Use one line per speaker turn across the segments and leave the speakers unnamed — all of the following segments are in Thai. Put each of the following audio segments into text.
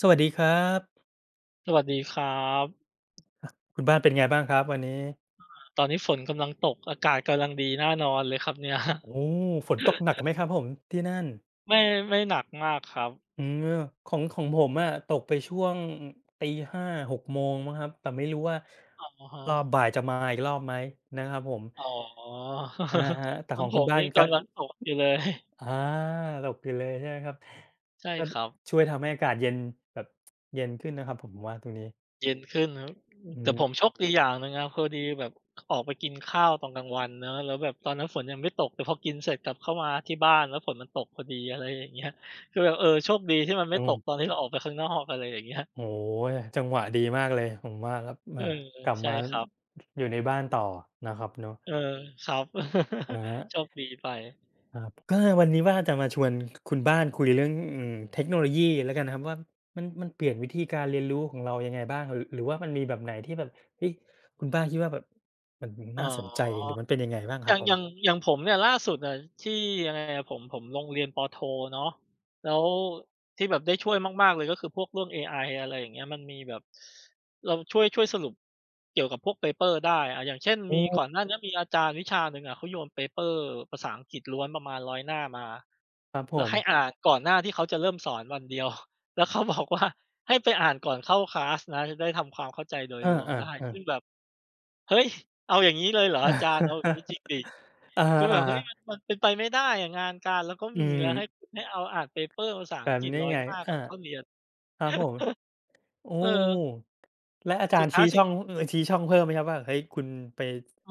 สวัสดีครับ
สวัสดีครับ
คุณบ้านเป็นไงบ้างครับวันนี้
ตอนนี้ฝนกำลังตกอากาศกำลังดีน่านอนเลยครับเนี่ย
โอ้โฮฝนตกหนักไหมครับผมที่นั่น
ไม่ไม่หนักมากครับ
อืมของผมอะตกไปช่วง5าห6โมงมั้งครับแต่ไม่รู้ว่า
อะฮ
รอบบ่า
ะ
ยจะมาอีกรอบไหมนะครับผม
อ๋อ
อะ ฮะแต่
ทา
ข
ง
อง
ผ
คุณ
ม
บ้าน
นี่
ก็
กำลังตกอยู่เลย
อาตกอยู่เลยใช่ไหมครับ
ใช่
ก็
ครับ
ช่วยทำให้อากาศเย็นแบบเย็นขึ้นนะครับผมว่าตรงนี้
เย็นขึ้นครับ
อื
แต่
ม
ผมโชคดีอย่างหนึ่งนะพอดีแบบออกไปกินข้าวตอนกลางวันเนอะแล้วแบบตอนนั้นฝนยังไม่ตกแต่พอกินเสร็จกลับเข้ามาที่บ้านแล้วฝนมันตกพอดีอะไรอย่างเงี้ยคือแบบเออโชคดีที่มันไม่
โอ้
ตกตอนที่เราออกไปข้างนอกอะไรอย่างเงี้ย
โอ้โฮจังหวะดีมากเลยผมว่าครับ
เออ
กลับ
ใช่
มา
ครับ
อยู่ในบ้านต่อนะครับเนาะ
เออครับ
อา
โชคดีไป
ครับก็วันนี้ว่าจะมาชวนคุณบ้านคุยเรื่องเทคโนโลยีแล้วกันนะครับว่ามันเปลี่ยนวิธีการเรียนรู้ของเรายังไงบ้างหรือว่ามันมีแบบไหนที่แบบเฮ้ยคุณบ้านคิดว่าแบบมัน
อ๋
น่าสนใจ
อ
หรือมันเป็นยังไงบ้างค
อ
รับ
ย่าง
ผ
อ
ม
ย่างอย่างผมเนี่ยล่าสุดอะที่ยังไงอะผมลงเรียนปโทเนาะแล้วที่แบบได้ช่วยมากๆเลยก็คือพวกเรื่องเอไออะไรอย่างเงี้ยมันมีแบบเราช่วยสรุปเกี่ยวกับพวกเพเปอร์ได้อะอย่างเช่น
โอ้
มีก่อนหน้าเนี้ยมีอาจารย์วิชาหนึ่งอะเขาโยนเพเปอร์ภาษาอังกฤษล้วนประมาณ100หน้ามา
ครับผ
แล้วให้
ม
อ่านก่อนหน้าที่เขาจะเริ่มสอนวันเดียว แล้วเขาบอกว่าให้ไปอ่านก่อนเข้าคลาสนะจะได้ทำความเข้าใจโดย
เอ
รวมได้
อ
ซึ่งแบ
ๆ
บเฮ้ยเอาอย่างงี้เลยเหรออาจารย์เอาอย่าง
ๆ
งี้จริงสิ
อ
คือแบบ
า
เฮ้
ๆ
ยมันเป็นไปไม่ได้อะงานการเราก็
อื
มี
ม
แล้วให้คุณให้เอาอ่านเปเปอร์ภาษา
แบ
อัง
บ
กฤษ
นี้
1อย
ไง
หน้าก่อ
อา
นเข้าเรียน
ครับผม โอ้
เออ
แล้วอาจา
สุ
ร
ด
ย์
ท้ายสิ่ง
ชี้ช่องเพิ่มไหมครับว่าเฮ้ยคุณไป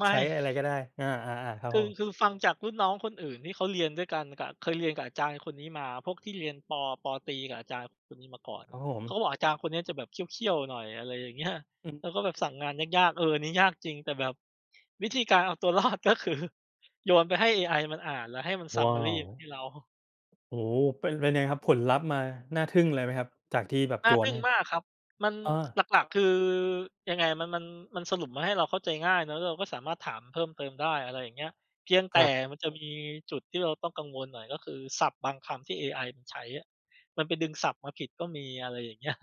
ไม่
ใช้อะไรก็ได้อาๆๆครับ
คื
ผ
อคื
ม
อฟังจากรุ่นน้องคนอื่นที่เขาเรียนด้วยกันกับเคยเรียนกับอาจารย์คนนี้มาพวกที่เรียนปตรีกับอาจารย์คนนี้มาก่อน
ครั
น่ะ
บผม
เขาก็บอกอาจารย์คนเนี้ยจะแบบเคี่ยวๆหน่อยอะไรอย่างเงี้ย
อืม
แล้วก็แบบสั่งงานยากๆเอออันนี้ยากจริงแต่แบบวิธีการเอาตัวรอดก็คือ โยนไปให้เอไอมันอ่านแล้วให้มัน
ว้า
summary
ว
มาให้เรา
โอ้โฮเป็นไงครับผลลัพธ์มาน่าทึ่งเลยไหมครับจากที่แบบ
น่า
โยน
ทึ่ง
ให้
มากครับมัน
อา
หลักๆคือยังไงมันสรุปมาให้เราเข้าใจง่ายเนาะเราก็สามารถถามเพิ่มเติมได้อะไรอย่างเงี้ยเพียง
ค
แต่
รับ
มันจะมีจุดที่เราต้องกังวลหน่อยก็คือศัพท์บางคำที่เอไอมันใช้อะมันไปดึงศัพท์มาผิดก็มีอะไรอย่างเงี้ย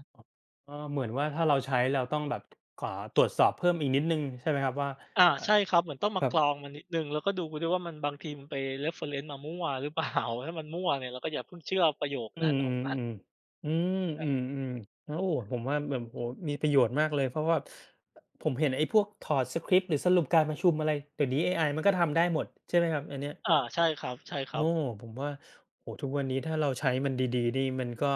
เออเหมือนว่าถ้าเราใช้เราต้องแบบขอตรวจสอบเพิ่มอีกนิดหนึ่งใช่ไหมครับว่า
อา
อะ
ใช่ครับเหมือนต้อง
ค
มา
รั
ก
บ
รองมันนิดหนึ่งแล้วก็ดูด้วยว่ามันบางทีมันไป reference มามั่วหรือเปล่า ถ้ามันมั่วเนี่ยเราก็อย่าเพิ่งเชื่อประโยค
อื
นั้นข
ม
องมัน
ๆๆอืมอืมๆแล้วโอ้ผมว่าแบบโอ้โฮมีประโยชน์มากเลยเพราะว่าผมเห็นไอ้พวกถอดสคริปต์หรือสรุปการประชุมอะไรเดี๋ยวนี้เอไอมันก็ทำได้หมดใช่ไหมครับอันเนี้ย
อาใช่คร
โอ้
ับๆ
ผมว่าโอ้โฮทุกวันนี้ถ้าเราใช้มันดีๆนี่มันก็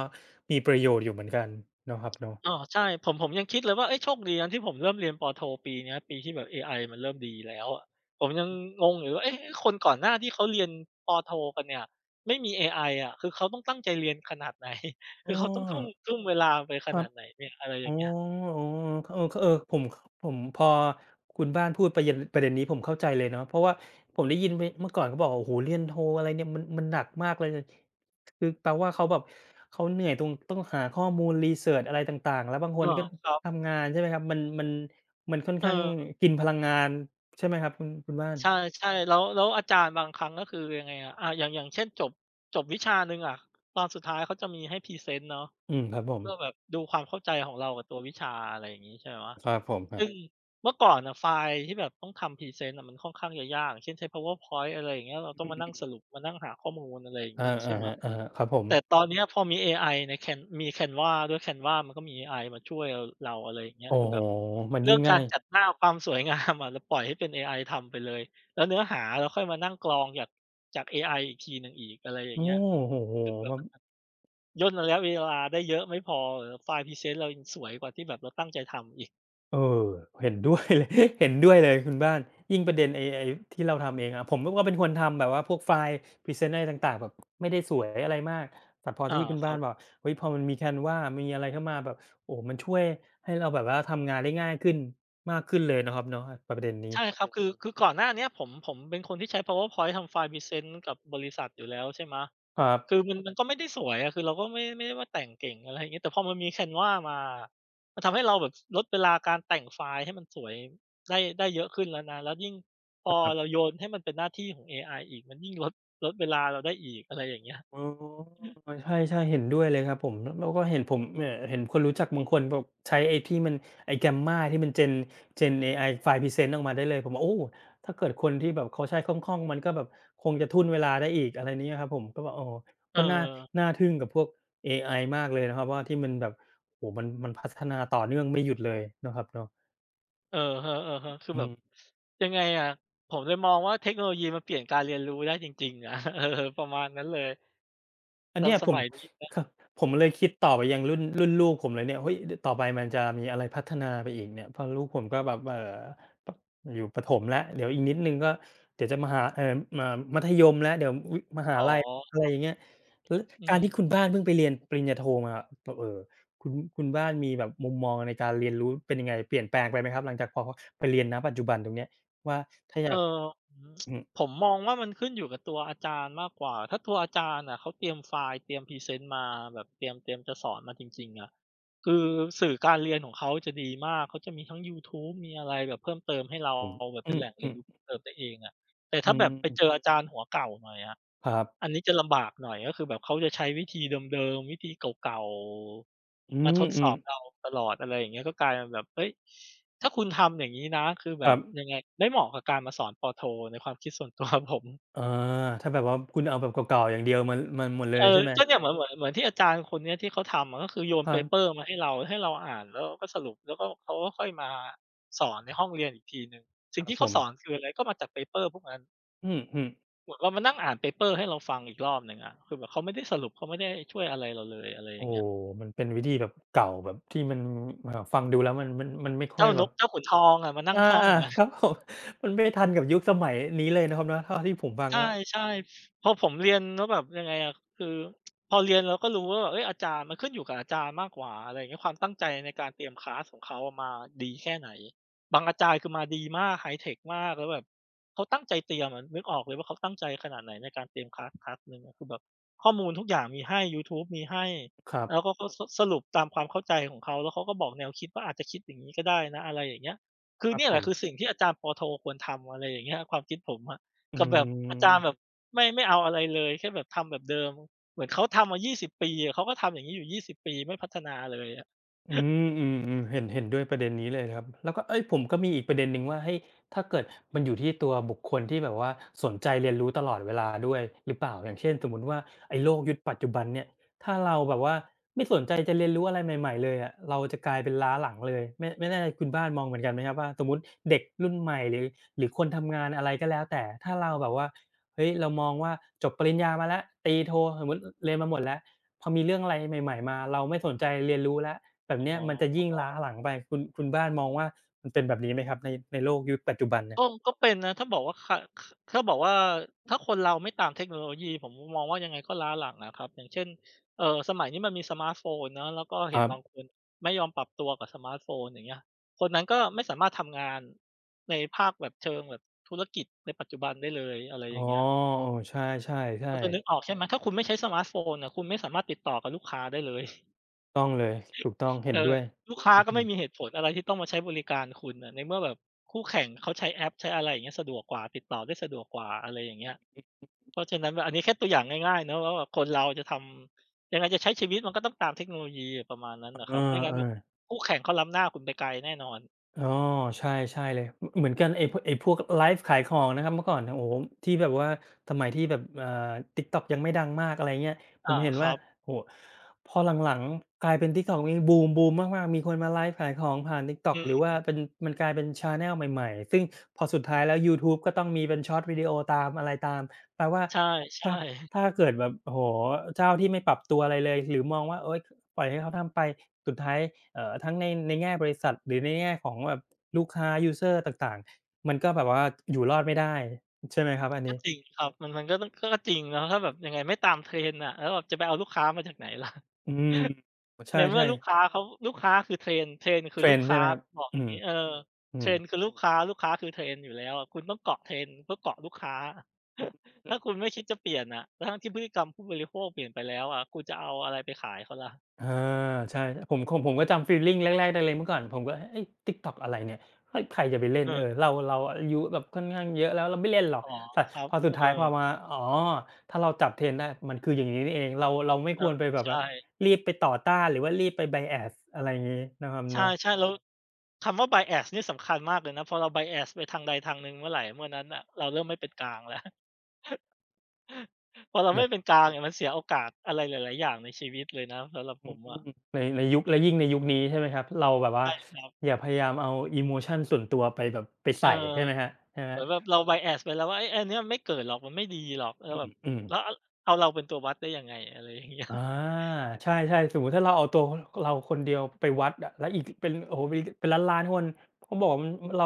มีประโยชน์อยู่เหมือนกันเนาะครับเนาะ
อ้อใช่ผมยังคิดเลยว่าเฮ้ยโชคดีนะที่ผมเริ่มเรียนปโทปีเนี้ยปีที่แบบเอไอมันเริ่มดีแล้วอะผมยังงงอยู่ว่าเอ๊ะคนก่อนหน้าที่เขาเรียนปโทกันเนี่ยไม่มีเอไออะคือเขาต้องตั้งใจเรียนขนาดไหน คื
อ้
อ
อ
เขาต้องทุ่มเวลาไปข
ครั
นา
บ
ดไหนเนี่ยอะไรอ
อ๋อ
ย่างเงี้ย
อ๋อเออเออผมพอคุณบ้านพูดประเด็นนี้ผมเข้าใจเลยเนาะเพราะว่าผมได้ยินไปเมื่อก่อนเขาบอกว่าโอ้โฮเรียนโทอะไรเนี่ยมันหนักมากเลยคือแปลว่าเขาแบบเขาเหนื่อยตรงต้องหาข้อมูลรีเซิร์ชอะไรต่างๆแล้วบางคน
อ้อ
ก็
ครับ
ทำงานใช่ไหมครับมันค่อน
เอ
ข้าง
อ
กินพลังงานใช่ไหมครับคุณบ้าน
ใช่ๆแล้วอาจารย์บางครั้งก็คือยังไงอะอาอย่างเช่นจบวิชาหนึ่งอะตอนสุดท้ายเขาจะมีให้พรีเซนต์เนาะ
อืมครับผม
เพื่อแบบดูความเข้าใจของเรากับตัววิชาอะไรอย่างงี้ใช่ไหม
ครับผม
ซึ่งเมื่อก่อนน่ะไฟล์ที่แบบต้องทำพรีเซนต์อะมันค่อนข้างจะยากอย่างเช่นใช้ PowerPoint อะไรอย่างเงี้ยเราต้อ
อื
งมานั่ง
ม
สรุปมานั่งหาข้อมูลอะไรอย่างงี้อีกใช่
อะ
ไหม
ฮะๆครับผม
แต่ตอนเนี้ยพอมีเอไอใน Can มี Canva ด้วย Canva มันก็มีเอไอมาช่วยเราอะไรอย่างเงี้ย
โอ้
คือ
โฮ
แบบ
มัน
เรื่
ยิ่
อง
ง
กา
ง่า
ร
ย
จัดหน้าความสวยงาม อะเราปล่อยให้เป็นเอไอทำไปเลยแล้วเนื้อหาเราค่อยมานั่งกรองจากเอไออีกทีหนึ่งอีกอะไรอย่าง
โอ้
เงี้ย
โอ้โฮ
ซึ่งแบ
แบ
บ
บ
ย่นระยะเวลาได้เยอะไม่พอไฟล์พรีเซนต์เรายังสวยกว่าที่แบบเราตั้งใจทำอีก
เออเห็นด้วยเลย เห็นด้วยเลยคุณบ้านยิ่งประเด็นไอ้ที่เราทำเองอะผมก็เป็นคนทำแบบว่าพวกไฟล์พรีเซนต์อะไรต่างๆแบบไม่ได้สวยอะไรมากแต่พอ
อา
ที่คุณ
ค
บ้า
รั
น
บ
บอกเฮ้ยพอมันมี Canva มีอะไรเข้ามาแบบโอ้โมันช่วยให้เราแบบว่าทำงานได้ง่ายขึ้นมากขึ้นเลยเนาะครับเนาะประเด็นนี้
ใช่ครับคือก่อนหน้าเนี้ยผมเป็นคนที่ใช้ PowerPoint ทำไฟล์พรีเซนต์กับบริษัทอยู่แล้วใช่ไหม
ครับ
คือมันก็ไม่ได้สวยอะคือเราก็ไม่ได้ว่าแต่งเก่งอะไรอย่างงี้แต่พอมันมี Canva มาอะมันทำให้เราแบบลดเวลาการแต่งไฟล์ให้มันสวยได้เยอะขึ้นแล้วนะแล้วยิ่งพอเราโยนให้มันเป็นหน้าที่ของเอไออีกมันยิ่งลดเวลาเราได้อีกอะไรอย่างเงี้ย
อ๋อใช่ๆเห็นด้วยเลยครับผมแล้วก็เห็นผมเนี่ยเห็นคนรู้จักบางคนแบบใช้ไอ้ Gamma ที่มัน Gen เอไอ File p r e s นต์ออกมาได้เลยผมว่าโอ้ถ้าเกิดคนที่แบบเขาใช้คล่องๆมันก็แบบคงจะทุ่นเวลาได้อีกอะไรเนี้ยครับผมก็แบบอ๋อ
เออ
ก็น่าทึ่งกับพวกเอไอมากเลยนะครับว่าที่มันแบบโอ้โฮมันพัฒนาต่อเนื่องไม่หยุดเลยเนาะครับเนาะ
อะฮะๆคือ
อื
แบบ
ม
ยังไงอะผมเลยมองว่าเทคโนโลยีมันเปลี่ยนการเรียนรู้ได้จริงๆอะ เออประมาณนั้นเลย
อัน
แล้ว
เนี้ย
ส
ผม
มัยนี้
ครับผมเลยคิดต่อไปยังรุ่นลูกผมเลยเนี่ยเฮ้ยต่อไปมันจะมีอะไรพัฒนาไปอีกเนี่ยเพราะลูกผมก็แบบปอยู่ประถมแล้วเดี๋ยวอีกนิดหนึ่งก็เดี๋ยวจะมหาเอ่อมามัธยมแล้วเดี๋ยวอุ๊ยมหา
อ๋อ
ลัยอะไรอย่างเงี้ยแล้ว
อื
การ
ม
ที่คุณบ้านเพิ่งไปเรียนปริญญาโทมาแบบคุณคุณบ้านมีแบบมุมมองในการเรียนรู้เป็นยังไงเปลี่ยนแปลงไปไหมครับหลังจากพอไปเรียนณปัจจุบันตรงเนี้ยว่าถ้าอยาก
เอ่ออืม
อืม
ผมมองว่ามันขึ้นอยู่กับตัวอาจารย์มากกว่าถ้าตัวอาจารย์อะเขาเตรียมไฟล์เตรียมพรีเซนต์มาแบบเตรียมจะสอนมาจริงๆอะคือสื่อการเรียนของเขาจะดีมากเขาจะมีทั้งยูทูบมีอะไรแบบเพิ่มเติมให้เรา
ผม
แบบ
อ
เป็นแหล่งเรี
ื
ยน
ม
รู้เพิ่
ๆ
มเติมได้เองอะแต่
อื
ถ้าแบบ
ม
ไปเจออาจารย์หัวเก่าหน่อยอะ
ครับ
อันนี้จะลำบากหน่อยก็คือแบบเขาจะใช้วิธีเดิมๆวิธีเก่า
อื
ๆมาทดสอ
ม
บเรา
ๆ
ตลอดอะไรอย่างเงี้ยก็กลายเป็นแบบเฮ้ยถ้าคุณทำอย่างงี้นะคือแบ
ครั
บยัง
บ
ไงไม่เหมาะกับการมาสอนปโทในความคิดส่วนตัวผม
อาถ้าแบบว่าคุณเอาแบบเก่าๆอย่างเดียวมันหมดเล
เอ
ย
อ
ใช่ไหม
ก็เนี่ยเหมือนที่อาจารย์คนเนี้ยที่เขาทำอะก็คือโยน
ค
เพ
รั
เปอ
บ
ร์มาให้เราให้เราอ่านแล้วเราก็สรุปแล้วก็เขาก็ค่อยมาสอนในห้องเรียนอีกทีหนึ่ง
ค
สิ่ง
รับ
ที่
ผ
เขาสอน
ม
คืออะไรก็มาจากเพเปอร์พวกนั้น
อืมๆ
เหมือนเรามานั่งอ่านเพเปอร์ให้เราฟังอีกรอบหนึ่งอะคือแบบเขาไม่ได้สรุปเขาไม่ได้ช่วยอะไรเราเลยอะไรอ
โอ้
ย่างเงี้
โฮ
ย
มันเป็นวิธีแบบเก่าแบบที่มันฟังดูแล้วมันไม่ค่อย
เจ้าน
แบบ
กเจ้าขุนทองอะมานั่
อ
งท่อง
า
ไง
ๆครับผม มันไม่ทันกับยุคสมัยนี้เลยนะครับเนาะเท่าที่ผมฟัง
ใ
แล้ว
ช่ๆพอผมเรียนแล้วแบบยังไงอะคือพอเรียนเราก็รู้ว่าแบบเฮ้ยอาจารย์มันขึ้นอยู่กับอาจารย์มากกว่าอะไรอย่างเงี้ยความตั้งใจในการเตรียมคลาสของเขาอะมาดีแค่ไหนบางอาจารย์คือมาดีมากไฮเทคมากแล้วแบบเขาตั้งใจเตรียมอะนึกออกเลยว่าเขาตั้งใจขนาดไหนในการเตรียมคลาสคลาสหนึ่งอะคือแบบข้อมูลทุกอย่างมีให้ยูทูบมีให้
ครับ
แล้วก็เขาสสรุปตามความเข้าใจของเขาแล้วเขาก็บอกแนวคิดว่าอาจจะคิดอย่างงี้ก็ได้นะอะไรอย่างเงี้ยคื
ค
อ
รับ
เนี่ย
ผ
แหละ
ม
คือสิ่งที่อาจารย์ปโทควรทำอะไรอย่างเงี้ยความคิดผมอะ
อื
กับแบบอาจารย์แบบ
ม
ไม่เอาอะไรเลยแค่แบบทำแบบเดิมเหมือนเขาทำมา20ปีอะเขาก็ทำอย่างงี้อยู่ 20 ปีไม่พัฒนาเลยอะ
อืเห็นด้วยประเด็นนี้เลยครับแล้วก็เอ้ยผมก็มีอีกประเด็นหนึ่งว่าให้ยถ้าเกิดมันอยู่ที่ตัวบุคคลที่แบบว่าสนใจเรียนรู้ตลอดเวลาด้วยหรือเปล่าอย่างเช่นสมมุติว่าไอ้โลกยุคปัจจุบันเนี่ยถ้าเราแบบว่าไม่สนใจจะเรียนรู้อะไรใหม่ๆเลยอะเราจะกลายเป็นล้าหลังเลยไม่แน่ใจคุณบ้านมองเหมือนกันไหมครับว่าสมมติเด็กรุ่นใหม่หรือคนทำงานอะไรก็แล้วแต่ถ้าเราแบบว่าเฮ้ยเรามองว่าจบปริญญามาแล้วตีโทสมมติเรียนมาหมดแล้วพอมีเรื่องอะไรใหม่ๆมาเราไม่สนใจเรียนรู้แล้ว แบบ
อ๋
เนี้ยมันจะ
อ
ยิ่งล้าหลังไปคุณบ้านมองว่ามันเป็นแบบนี้ไหมครับในโลกยุคปัจจุบันเนี่ย
ก็เป็นนะถ้าบอกว่าขขถ้าบอกว่าถ้าคนเราไม่ตามเทคโนโลยีผมมองว่ายังไงก็ล้าหลังอะครับอย่างเช่นสมัยนี้มันมีสมาร์ตโฟนเนาะแล้วก็
ค
เห็น
รับ
บางคนไม่ยอมปรับตัวกับสมาร์ตโฟนอย่างเงี้ยคนนั้นก็ไม่สามารถทำงานในภาคแบบเชิงแบบธุรกิจในปัจจุบันได้เลยอะไร
อ๋
อ
อ
ย่างเงี้ย
เออใช่
พอจะนึกออกใช่ไหมถ้าคุณไม่ใช้สมาร์ตโฟนน่ะคุณไม่สามารถติดต่อกับลูกค้าได้เลย
ๆๆต้องเลยถูกต้องเห็
เอ
น
อ
ด้วย
ลูกค้า
ครับ
ก็
ผ
ไม่มีเห
ม
ตุผลอะไรที่ต้องมาใช้บริการคุณน่ะในเมื่อแบบคู่แข่งเขาใช้แอปใช้อะไรอย่างเงี้ยสะดวกกว่าติดต่อได้สะดวกกว่าอะไรอย่างเงี้ยเพราะฉะนั้นแบบอันนี้แค่ตัวอย่างง่ายๆเนาะว่าแบบคนเราจะทำยังไงจะใช้ชีวิตมันก็ต้องตามเทคโนโลยีประมาณนั้นน่ะ
เอ
ค
อ
รับไม่งั้นแบบ
ๆ
คู่แข่งเขาล้ำหน้าคุณไปไกลแน่นอน
อ๋อใช่ใช่เลยเหมือนกันไอ้พวกไลฟ์ขายของนะครับเมื่อก่อนโอ้โฮที่แบบว่าสมัยที่แบบTikTok ยังไม่ดังมากอะไรเงี้ยผม
อา
เห็น
ค
ว่า
รับ
โอ้โฮพอหลังๆกลายเป็น TikTok นี่บูมบูมมากๆมีคนมาไลฟ์ขายของผ่าน
อื
TikTok หรือ
ม
ว่าเป็นมันกลายเป็นชาแนลใหม่ๆซึ่งพอสุดท้ายแล้วยูทูบก็ต้องมีเป็น Short วิดีโอตามอะไรตามแปลว่า
ใช่
ถ้าถ้าเกิดแบบโอ้โฮเจ้าที่ไม่ปรับตัวอะไรเลยหรือมองว่าโอ๊ย ปล่อยให้เขาทำไป สุดท้ายทั้งในแง่บริษัทหรือในแง่ของแบบลูกค้ายูสเซอร์ต่างๆ มันก็แบบว่าอยู่รอดไม่ได้ใช่ไหมครับอัน
ๆก็
นี้
จริงครับมันก็ต้องก็จริงเนาะถ้าแบบยังไงไม่ตาม Trend น่ะแล้วแบบจะไปเอาลูกค้ามาจากไหนล่ะ
อืมใช
ในเมื่อ
่
ลูกค้า
ๆ
เขาลูกค้าคือเทรนเทรนคื
เท
อ
ร
ลูก
นด์ใช่
ค้า
ไหมครับ
บอกอ
อื
ย่าง
ม
งี้เออ
อื
เทร
ม
นคือลูกค้าลูกค้าคือเทรนอยู่แล้วอะคุณต้องเกาะเทรนเพื่อเกาะลูกค้า ถ้าคุณไม่คิดจะเปลี่ยนอะทั้งๆที่พฤติกรรมผู้บริโภคเปลี่ยนไปแล้วอะคุณจะเอาอะไรไปขายเขาล่ะ
อาใช่ผมของผมก็จำฟีลลิงแรกๆได้เลยเมื่อก่อนผมก็เฮ้ย TikTok อะไรเนี่ยเฮ้ยใครจะไปเล่
เอ
นเออ
อ
เราอายุแบบค่อนข้างเยอะแล้วเราไม่เล่นหรอก
อ๋อ
แต่
ครับ
พอสุ
เอ
ด
อ
ท้ายพอมาอ๋อถ้าเราจับ trend ได้มันคืออย่างงี้นี่เองเราไม่
เอ
ค
อ
วรไปแบบว่า
ใช่
รีบไปต่อต้านหรือว่ารีบไป bias อะไรอย่างงี้นะครับ
ใช
เนาะ
่ๆแล้วคำว่า bias นี่สำคัญมากเลยนะพอเรา bias ไปทางใดทางหนึ่งเมื่อไหรเมื่อนั้นน่ะเราเริ่มไม่เป็นกลางแล้ว พอเราไม่
แบบ
เป็นกลางเนี่ยมันเสียโอกาสอะไรหลายๆอย่างในชีวิตเลยนะสำหรับ
อื
ผมอะ
มในยุคและยิ่งในยุคนี้ใช่ไหมครับเราแบบว่า
ใช่ครับ
อย่าพยายามเอา emotion ส่วนตัวไปแบบไป
เออ
ใส่ใช่ไหมครับใช่ไหม
เหมือนแบบเรา bias ไปแล้วว่าเฮ้ยอันเนี้ยไม่เกิดหรอกมันไม่ดีหรอกแล้วแบบ
อืม
แล้วเอาเราเป็นตัววัดได้ยังไงอะไรอย่างเงี้ย
อาใช่ๆสมมุติถ้าเราเอาตัวเราคนเดียวไปวัดอะแล้วอีกเป็นโอ้โฮมีเป็นล้านๆคนเขาบอกว่ามันเรา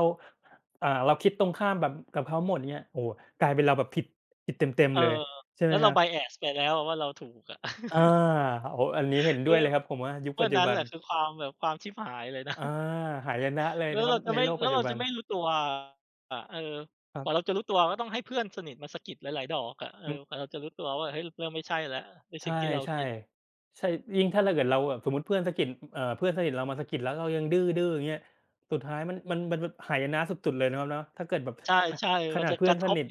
เราคิดตรงข้ามแบบกับเขาหมดเงี้ยโอ้โฮกลายเป็นเราแบบผิดเต็ม
เออ
ๆเลยใช่ไห
แล้
ม
ว
ค
เรา
รับ
bias ไปแล้วอะว่าเราถูกอะ
อา โอ้โฮอันนี้เห็น
เอ
ด้วย
อ
เลยครับผมว่ายุค
เพา
ปั
อ
จ
น
จุ
นั้น
บั
แห
น
ละคือความแบบความชิบหายเลยนะ
อาหายนะเล ย
แล้ว
นะครั
เรา
บ
จะ
ใน
ไม่
โลก
แล้
ปั
ว
จจุ
เรา
บั
จะ
น
ไม่รู้ตัวอะเออ
ค
ก
รั
ว่าเราจะ
บ
รู้ตัวก็ต้องให้เพื่อนสนิทมาสะกิดหลายๆดอกอะเออกว่าเราจะรู้ตัวว่าเฮ้ยเริ่มไม่ใช่แล้วในสิ่
ใช่
งที่เรา
ใช่
คิด
ใช่ยิ่งถ้าเกิดเราแบบสมมุติเพื่อนสะกิดเพื่อนสนิทเรามาสะกิดแล้วเรายังดื้อๆอย่างเงี้ยสุดท้ายมันแบบหายนะสุดๆเลยนะครับเนาะถ้าเกิดแบบ ข
ใช่
ข
ๆมัน
นาด
จะก
เพื่อน
ระท
ส
บ
นิท
เ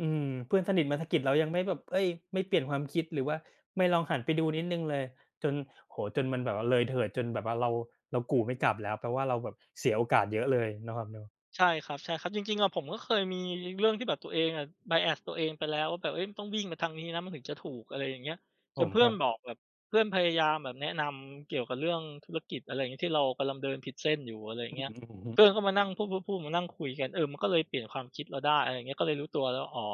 อืมเพื่อนสนิทมาสะกิดเรายังไม่แบบเฮ้ยไม่เปลี่ยนความคิดหรือว่าไม่ลองหันไปดูนิดหนึ่งเลยจนโอ้โฮจนมันแบบว่าเลยเถิดจนแบบว่าเรากู่ไม่กลับแล้วแปลว่าเราแบบเสียโอกาสเยอะเลยนะครับเนาะ
ใช่ครับใช่ครับจริงๆอะผมก็เคยมีเรื่องที่แบบตัวเองอะ bias ตัวเองไปแล้วว่าแบบเฮ้ยมันต้องวิ่งมาทางนี้นะมันถึงจะถูกอะไรอย่างเงี้ย
ผ
จน
ม
เพื่
ค
อน
รับ
บอกแบบเพื่อนพยายามแบบแนะนำเกี่ยวกับเรื่องธุรกิจอะไรอย่างเงี้ยที่เรากำลังเดินผิดเส้นอยู่อะไรอย่าง
อือ
เงี้ย
อือฮึ
เพื่อนก็มานั่งพูดๆๆมานั่งคุยกันเออมันก็เลยเปลี่ยนความคิดเราได้อะไรอย่างเงี้ยก็เลยรู้ตัวแล้วอ๋อ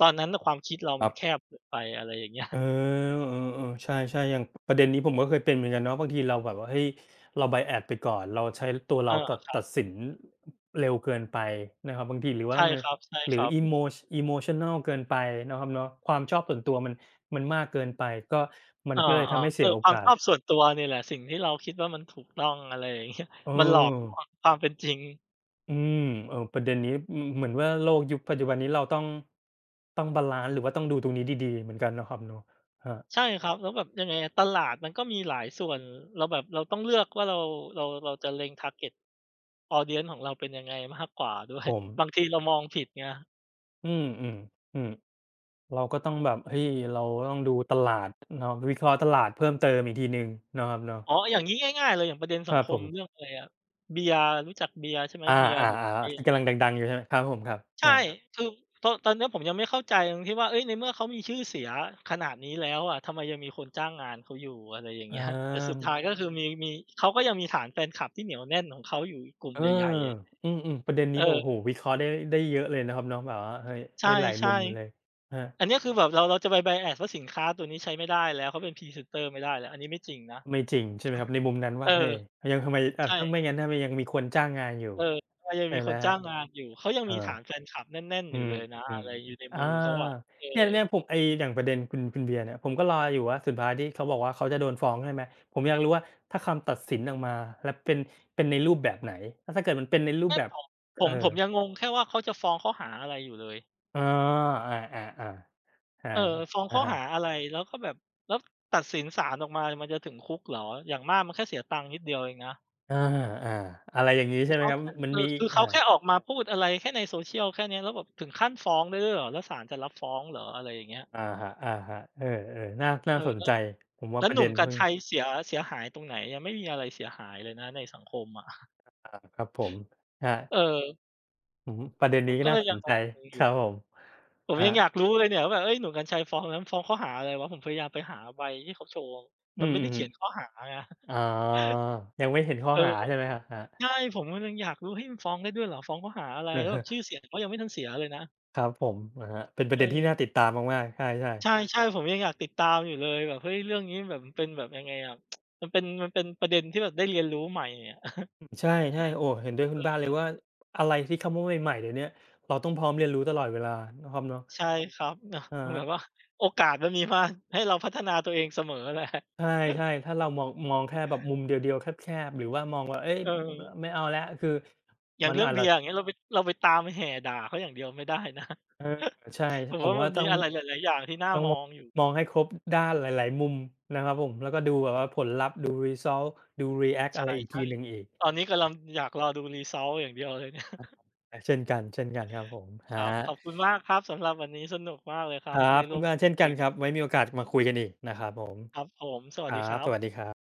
ตอนนั้นน่ะความคิดเรา
ค
มั
รั
นแค
บ
บเกินไปอะไรอย่างเงี้ย
เออ เออๆใช่ๆอย่างประเด็นนี้ผมก็เคยเป็นเหมือนกันเนาะบางทีเราแบบว่าเฮ้ยเรา bias ไปก่อน เราใช้ตัว
เออ
เราตัดสินเร็วเกินไปนะครับบางทีหรือว่า
ใช่
มัน
ครับใช่
หรื
ค
อ
รับ
Emotional เกินไปเนาะครับเนาะความชอบส่วนตัวมันมากเกินไปก็มัน
อา
ก็เลยทำให้
ๆเอ
เสี
อ
ยโอ
ความ
กา
ชอบ
ส
ส่วนตัวนี่แหละสิ่งที่เราคิดว่ามันถูกต้องอะไรอย่างเงี้ย
เออ
มันหลอกลวงความเป็นจริง
อืมเออประเด็นนี้อืมเหมือนว่าโลกยุคปัจจุบันนี้เราต้อง ต้องบาลันซ์หรือว่าต้องดูตรงนี้ดีๆ เหมือนกันเนาะครับเนาะครับ
ใช่ครับแล้วแบบยังไงอะตลาดมันก็มีหลายส่วนเราแบบเราต้องเลือกว่าเราเราจะเล็ง target audience ของเราเป็นยังไงมากกว่าด้วย
ผม
บางทีเรามองผิดไง
อืมๆอืม เราก็ต้องแบบเฮ้ยเราต้องดูตลาดเนาะวิเคราะห์ตลาดเพิ่มเติมอีกทีหนึ่งเนาะครับเนาะ
อ๋ออย่างงี้ง่ายๆเลยอย่างประเด็น
ค
สัง
รั
ค
บผ
มเรื่อ
ม
งอะไรอะเบียร์รู้จักเบียร์ใช่ไหม
อา
เบียร์หรือไว
ๆๆที่
น์
กำลังดังๆอยู่ใช่ไหมครับผมครับใช่
ใช่คือตอนเนี้ยผมยังไม่เข้าใจตรงที่ว่าเฮ้ยในเมื่อเขามีชื่อเสียขนาดนี้แล้วอะทำไมยังมีคนจ้างงานเขาอยู่อะไรอย่าง
อ
เงี้ยแต่สุด
า
ท้ายก็คือมีเขาก็ยังมีฐานแฟนคลับที่เหนียวแน่นของเขาอยู่อีกกลุ่ม
เออ
ใหญ่ๆอะ
อืๆประเด็นนี้แบบโอ้โฮ
เออ
วิเคราะห์ได้เยอะเลยนะครับเนาะแบบว่าเฮ้ย
ใ
ได้หลายมุ
ช่
มเลยครั
ๆ อั
บ
นเนี้ยคือแบบเราจะไป bias ว่าสินค้าตัวนี้ใช้ไม่ได้แล้วเขาเป็นพรีเซนเตอร์ไม่ได้แล้วอันนี้ไม่จริงนะ
ไม่จริงใช่ไหมครับในมุมนั้น
เอ
ว่าเฮ้
อ
ยยังทำไม
ใช่
ถ้าไม่งั้นถ้ามันยังมีคนจ้างงานอยู่
เออเรายัง
ใช่
มีค
ไหม
น
ครับ
จ้างงานอยู่เขายัง
เออ
มีฐานแฟนคลับแน่นๆ
อื
อยู่
ม
เลยนะ
อื
อะ
ม
ไรอยู่ใน
อา
มือเขาอะเออ
เนี่ยผมไอ้อย่างประเด็นคุณเบียร์เนี่ยผมก็รออยู่ว่าสุดท้ายที่เขาบอกว่าเขาจะโดนฟ้องใช่ไหมผมอยากรู้ว่าถ้าคำตัดสินออกมาแล้วเป็นในรูปแบบไหนแล้วถ้าเกิดมันเป็นในรูป
ไม่
แบบ
ผมผ
เอ
ม
อ
ผมยังงงแค่ว่าเขาจะฟ้องข้อหาอะไรอยู่เลย
อ๋ออาๆๆอา
เออฟ้อง
อะ
ข้อ
ฮะ
หาอะไรแล้วก็แบบแล้วตัดสินศาลออกมามันจะถึงคุกเหรออย่างมากมันแค่เสียตังค์นิดเดียวเองนะ
อาๆอะไรอย่างงี้
คื
ใช่
อ
ไหม
เขา
ครับ
แค่
มัน
เออ
มี
คือเขาแค่
อา
ออกมาพูดอะไรแค่ใน social แค่เนี้ยแล้วแบบถึงขั้นฟ้องได้ด้วยเหรอแล้วศาลจะรับฟ้องเหรออะไรอย่างเงี้ย
อะฮะๆเออๆน่า
เออ
สนใจผมว่า
แล้ว
ประ
ห
เด็
นุ่ม
น
กรร
เพิ่ง
ชัยเสียหายตรงไหนยังไม่มีอะไรเสียหายเลยนะในสังคมอะ
อาครับผมครั
เอ
บ
อ
อือฮึประเด็น
ผ
นี้
ม
ก็
ก็เล
น่า
ย
ส
ยั
น
งง
ใจ
งๆอ
ค
ยู่
รับผม
ผ
ค
ม
รั
ยังอยาก
บ
รู้เลยเนี่ยว่าแบบเฮ้ยหนุ่มกรรชัยฟ้องนั้นฟ้องข้อหาอะไรวะผมพยายามไปหาใบที่เขาโชว์มั
อื
นไม่ได้เขี
อ
ยนข้
ๆ
อหาไง
อ๋อยังไม่เห็นข้อ
เออ
หาใช่ไหมครับครับ
ใช่ผมก็ยังอยากรู้เฮ้ยมันฟ้องได้ด้วยเหรอฟ้องข้อหาอะไร
อ
แล้
อ
ว
ฮ
แบบ ชื่อเสียงเขายังไม่ทันเสียเลยนะ
ครับผมอะฮะเป็นประ
เอ
เด็นที่น่าติด
อ
ตามมากๆใช่
ใ
ๆ
ช่ๆผมยังอยากติดตามอยู่เลยแบบเฮ้ยเรื่องนี้แบบมันเป็นแบบยังไงอะมันเป็นประเด็นที่แบบได้เรียนรู้ใหม่อะ
อืมใช่ๆโอ้เห็นด้วยคุณบ้านเลยว่าอะไรที่เข้ามาใหม่ๆเดี๋ยวเนี้ยเราต้องพร้อมเรียนรู้ตลอดเวลานะครับเนาะ
ใช่ครับ เนาะ
อะ
แบ
ฮะ
บว่าโอกาสมันมีมาให้เราพัฒนาตัวเองเสมอแหละ
ใช่ๆถ้าเรามองแค่แบบมุมเดียวๆแคบๆหรือว่ามองว่าเฮ้ย
เออ
ไม่เอาแล้วคือ
อย่าง
มัน
เรื่อง
อาจ
เบี
จะ
ยร์อย่างเงี้ยเราไปตามแห่ด่าเขาอย่างเดียวไม่ได้นะ
เออใช่
ผม
ผม
ว่ามั
ว่า
นมี
ต้อง
อะไรหลายๆอย่างที่น่า
ต้อง
ม
ม
องอยู่
มองให้ครบด้านหลายๆมุมนะครับผมแล้วก็ดูแบบว่าผลลัพธ์ดู result ดูรีแอ็กต์อะ
ใช่
ไรอีกทีหนึ่งอีก
ๆตอนนี้กำลังอยากรอดู result อย่างเดียวเลยเนี่ย
อะเช่นกันเช่นกันครับผ มค
ครั
รั
บข
บ
อบคุณมากครับสำหรับวันนี้สนุกมากเลยครั
คะค
บที่
รับ
ได้ร่
คุ
ว
ณ
ม
บ้า
พู
น
ด
เช่น
คุ
กั
ย
นค
กัน
รับไว้มีโอกาสมาคุยกันอีกนะครับผม
ครับผมสวั
ค
สดี
รั
ค
บ
รับ
สวัสดีครับ